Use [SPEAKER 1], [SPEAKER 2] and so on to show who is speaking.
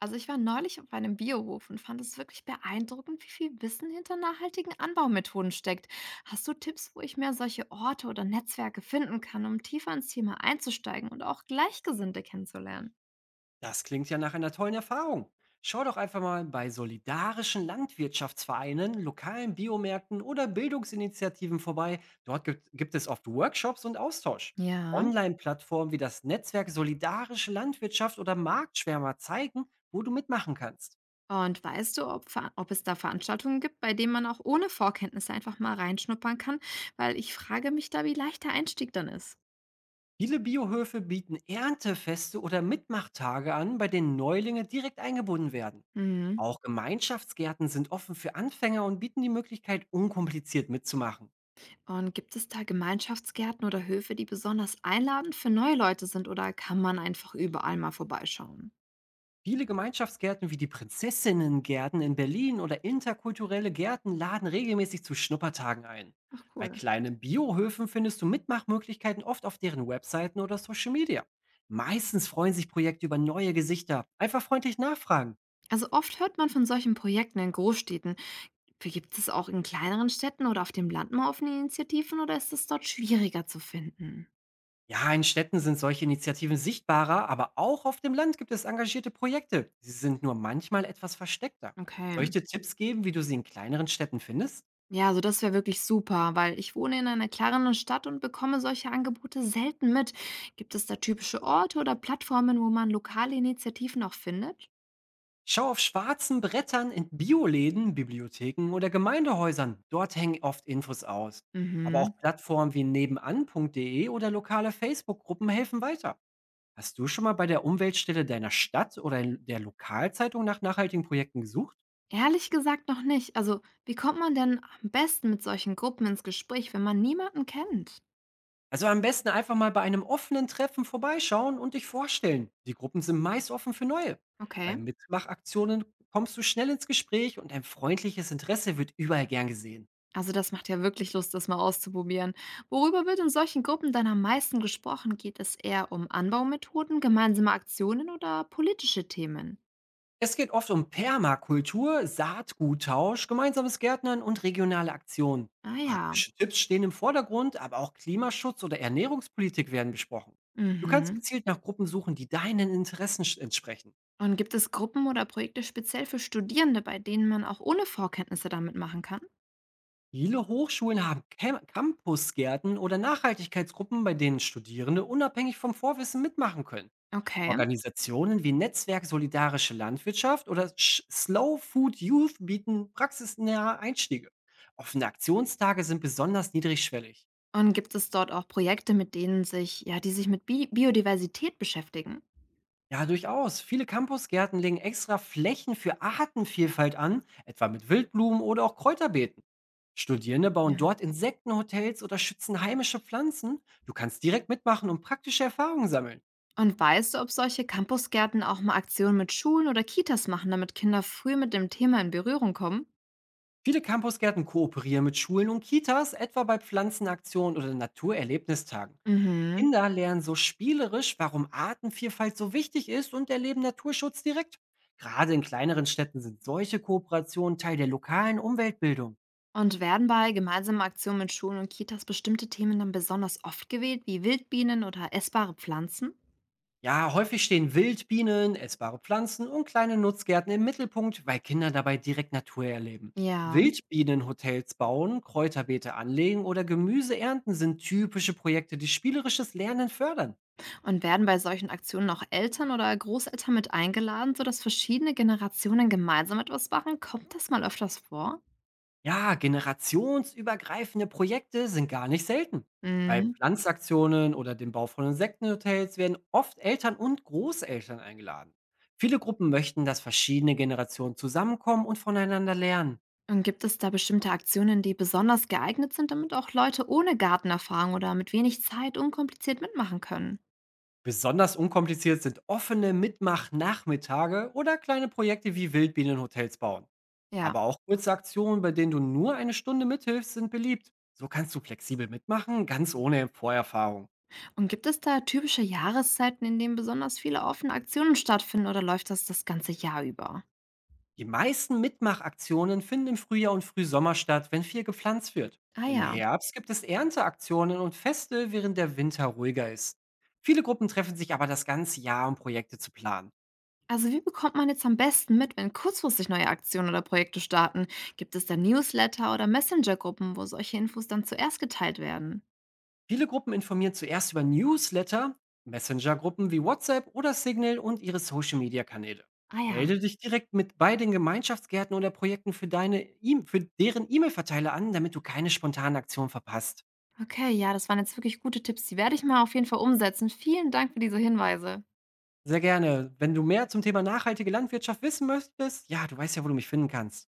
[SPEAKER 1] Also ich war neulich auf einem Biohof und fand es wirklich beeindruckend, wie viel Wissen hinter nachhaltigen Anbaumethoden steckt. Hast du Tipps, wo ich mehr solche Orte oder Netzwerke finden kann, um tiefer ins Thema einzusteigen und auch Gleichgesinnte kennenzulernen?
[SPEAKER 2] Das klingt ja nach einer tollen Erfahrung. Schau doch einfach mal bei solidarischen Landwirtschaftsvereinen, lokalen Biomärkten oder Bildungsinitiativen vorbei. Dort gibt es oft Workshops und Austausch.
[SPEAKER 1] Ja.
[SPEAKER 2] Online-Plattformen wie das Netzwerk Solidarische Landwirtschaft oder Marktschwärmer zeigen, wo du mitmachen kannst.
[SPEAKER 1] Und weißt du, ob es da Veranstaltungen gibt, bei denen man auch ohne Vorkenntnisse einfach mal reinschnuppern kann? Weil ich frage mich da, wie leicht der Einstieg dann ist.
[SPEAKER 2] Viele Biohöfe bieten Erntefeste oder Mitmachtage an, bei denen Neulinge direkt eingebunden werden. Auch Gemeinschaftsgärten sind offen für Anfänger und bieten die Möglichkeit, unkompliziert mitzumachen.
[SPEAKER 1] Und gibt es da Gemeinschaftsgärten oder Höfe, die besonders einladend für neue Leute sind, oder kann man einfach überall mal vorbeischauen?
[SPEAKER 2] Viele Gemeinschaftsgärten wie die Prinzessinnengärten in Berlin oder interkulturelle Gärten laden regelmäßig zu Schnuppertagen ein.
[SPEAKER 1] Ach
[SPEAKER 2] Bei
[SPEAKER 1] cool.
[SPEAKER 2] kleinen Biohöfen findest du Mitmachmöglichkeiten oft auf deren Webseiten oder Social Media. Meistens freuen sich Projekte über neue Gesichter. Einfach freundlich nachfragen.
[SPEAKER 1] Also oft hört man von solchen Projekten in Großstädten. Gibt es auch in kleineren Städten oder auf dem Land mal offene Initiativen oder ist es dort schwieriger zu finden?
[SPEAKER 2] Ja, in Städten sind solche Initiativen sichtbarer, aber auch auf dem Land gibt es engagierte Projekte. Sie sind nur manchmal etwas versteckter.
[SPEAKER 1] Okay.
[SPEAKER 2] Soll ich dir Tipps geben, wie du sie in kleineren Städten findest?
[SPEAKER 1] Ja, also das wäre wirklich super, weil ich wohne in einer kleineren Stadt und bekomme solche Angebote selten mit. Gibt es da typische Orte oder Plattformen, wo man lokale Initiativen auch findet?
[SPEAKER 2] Schau auf schwarzen Brettern in Bioläden, Bibliotheken oder Gemeindehäusern. Dort hängen oft Infos aus. Aber
[SPEAKER 1] Mhm.
[SPEAKER 2] auch Plattformen wie nebenan.de oder lokale Facebook-Gruppen helfen weiter. Hast du schon mal bei der Umweltstelle deiner Stadt oder in der Lokalzeitung nach nachhaltigen Projekten gesucht?
[SPEAKER 1] Ehrlich gesagt noch nicht. Also, wie kommt man denn am besten mit solchen Gruppen ins Gespräch, wenn man niemanden kennt?
[SPEAKER 2] Also am besten einfach mal bei einem offenen Treffen vorbeischauen und dich vorstellen. Die Gruppen sind meist offen für neue.
[SPEAKER 1] Okay.
[SPEAKER 2] Bei Mitmachaktionen kommst du schnell ins Gespräch und ein freundliches Interesse wird überall gern gesehen.
[SPEAKER 1] Also das macht ja wirklich Lust, das mal auszuprobieren. Worüber wird in solchen Gruppen dann am meisten gesprochen? Geht es eher um Anbaumethoden, gemeinsame Aktionen oder politische Themen?
[SPEAKER 2] Es geht oft um Permakultur, Saatguttausch, gemeinsames Gärtnern und regionale Aktionen.
[SPEAKER 1] Ah ja.
[SPEAKER 2] Praktische Tipps stehen im Vordergrund, aber auch Klimaschutz oder Ernährungspolitik werden besprochen. Du kannst
[SPEAKER 1] Mhm.
[SPEAKER 2] gezielt nach Gruppen suchen, die deinen Interessen entsprechen.
[SPEAKER 1] Und gibt es Gruppen oder Projekte speziell für Studierende, bei denen man auch ohne Vorkenntnisse damit machen kann?
[SPEAKER 2] Viele Hochschulen haben Campusgärten oder Nachhaltigkeitsgruppen, bei denen Studierende unabhängig vom Vorwissen mitmachen können.
[SPEAKER 1] Okay.
[SPEAKER 2] Organisationen wie Netzwerk Solidarische Landwirtschaft oder Sch Slow Food Youth bieten praxisnahe Einstiege. Offene Aktionstage sind besonders niedrigschwellig.
[SPEAKER 1] Und gibt es dort auch Projekte, mit denen sich, ja, die sich mit Bi Biodiversität beschäftigen?
[SPEAKER 2] Ja, durchaus. Viele Campusgärten legen extra Flächen für Artenvielfalt an, etwa mit Wildblumen oder auch Kräuterbeeten. Studierende bauen
[SPEAKER 1] Ja.
[SPEAKER 2] dort Insektenhotels oder schützen heimische Pflanzen. Du kannst direkt mitmachen und praktische Erfahrungen sammeln.
[SPEAKER 1] Und weißt du, ob solche Campusgärten auch mal Aktionen mit Schulen oder Kitas machen, damit Kinder früh mit dem Thema in Berührung kommen?
[SPEAKER 2] Viele Campusgärten kooperieren mit Schulen und Kitas, etwa bei Pflanzenaktionen oder Naturerlebnistagen.
[SPEAKER 1] Mhm.
[SPEAKER 2] Kinder lernen so spielerisch, warum Artenvielfalt so wichtig ist und erleben Naturschutz direkt. Gerade in kleineren Städten sind solche Kooperationen Teil der lokalen Umweltbildung.
[SPEAKER 1] Und werden bei gemeinsamen Aktionen mit Schulen und Kitas bestimmte Themen dann besonders oft gewählt, wie Wildbienen oder essbare Pflanzen?
[SPEAKER 2] Ja, häufig stehen Wildbienen, essbare Pflanzen und kleine Nutzgärten im Mittelpunkt, weil Kinder dabei direkt Natur erleben.
[SPEAKER 1] Ja.
[SPEAKER 2] Wildbienenhotels bauen, Kräuterbeete anlegen oder Gemüse ernten sind typische Projekte, die spielerisches Lernen fördern.
[SPEAKER 1] Und werden bei solchen Aktionen auch Eltern oder Großeltern mit eingeladen, sodass verschiedene Generationen gemeinsam etwas machen? Kommt das mal öfters vor?
[SPEAKER 2] Ja, generationsübergreifende Projekte sind gar nicht selten. Bei
[SPEAKER 1] Mhm.
[SPEAKER 2] Pflanzaktionen oder dem Bau von Insektenhotels werden oft Eltern und Großeltern eingeladen. Viele Gruppen möchten, dass verschiedene Generationen zusammenkommen und voneinander lernen.
[SPEAKER 1] Und gibt es da bestimmte Aktionen, die besonders geeignet sind, damit auch Leute ohne Gartenerfahrung oder mit wenig Zeit unkompliziert mitmachen können?
[SPEAKER 2] Besonders unkompliziert sind offene Mitmach-Nachmittage oder kleine Projekte wie Wildbienenhotels bauen.
[SPEAKER 1] Ja.
[SPEAKER 2] Aber auch kurze Aktionen, bei denen du nur eine Stunde mithilfst, sind beliebt. So kannst du flexibel mitmachen, ganz ohne Vorerfahrung.
[SPEAKER 1] Und gibt es da typische Jahreszeiten, in denen besonders viele offene Aktionen stattfinden oder läuft das das ganze Jahr über?
[SPEAKER 2] Die meisten Mitmachaktionen finden im Frühjahr und Frühsommer statt, wenn viel gepflanzt wird.
[SPEAKER 1] Ah
[SPEAKER 2] Im
[SPEAKER 1] ja.
[SPEAKER 2] Herbst gibt es Ernteaktionen und Feste, während der Winter ruhiger ist. Viele Gruppen treffen sich aber das ganze Jahr, um Projekte zu planen.
[SPEAKER 1] Also wie bekommt man jetzt am besten mit, wenn kurzfristig neue Aktionen oder Projekte starten? Gibt es da Newsletter oder Messenger-Gruppen, wo solche Infos dann zuerst geteilt werden?
[SPEAKER 2] Viele Gruppen informieren zuerst über Newsletter, Messenger-Gruppen wie WhatsApp oder Signal und ihre Social-Media-Kanäle.
[SPEAKER 1] Ah ja.
[SPEAKER 2] Melde dich direkt mit bei den Gemeinschaftsgärten oder Projekten für, deine e für deren E-Mail-Verteiler an, damit du keine spontanen Aktionen verpasst.
[SPEAKER 1] Okay, ja, das waren jetzt wirklich gute Tipps. Die werde ich mal auf jeden Fall umsetzen. Vielen Dank für diese Hinweise.
[SPEAKER 2] Sehr gerne. Wenn du mehr zum Thema nachhaltige Landwirtschaft wissen möchtest, ja, du weißt ja, wo du mich finden kannst.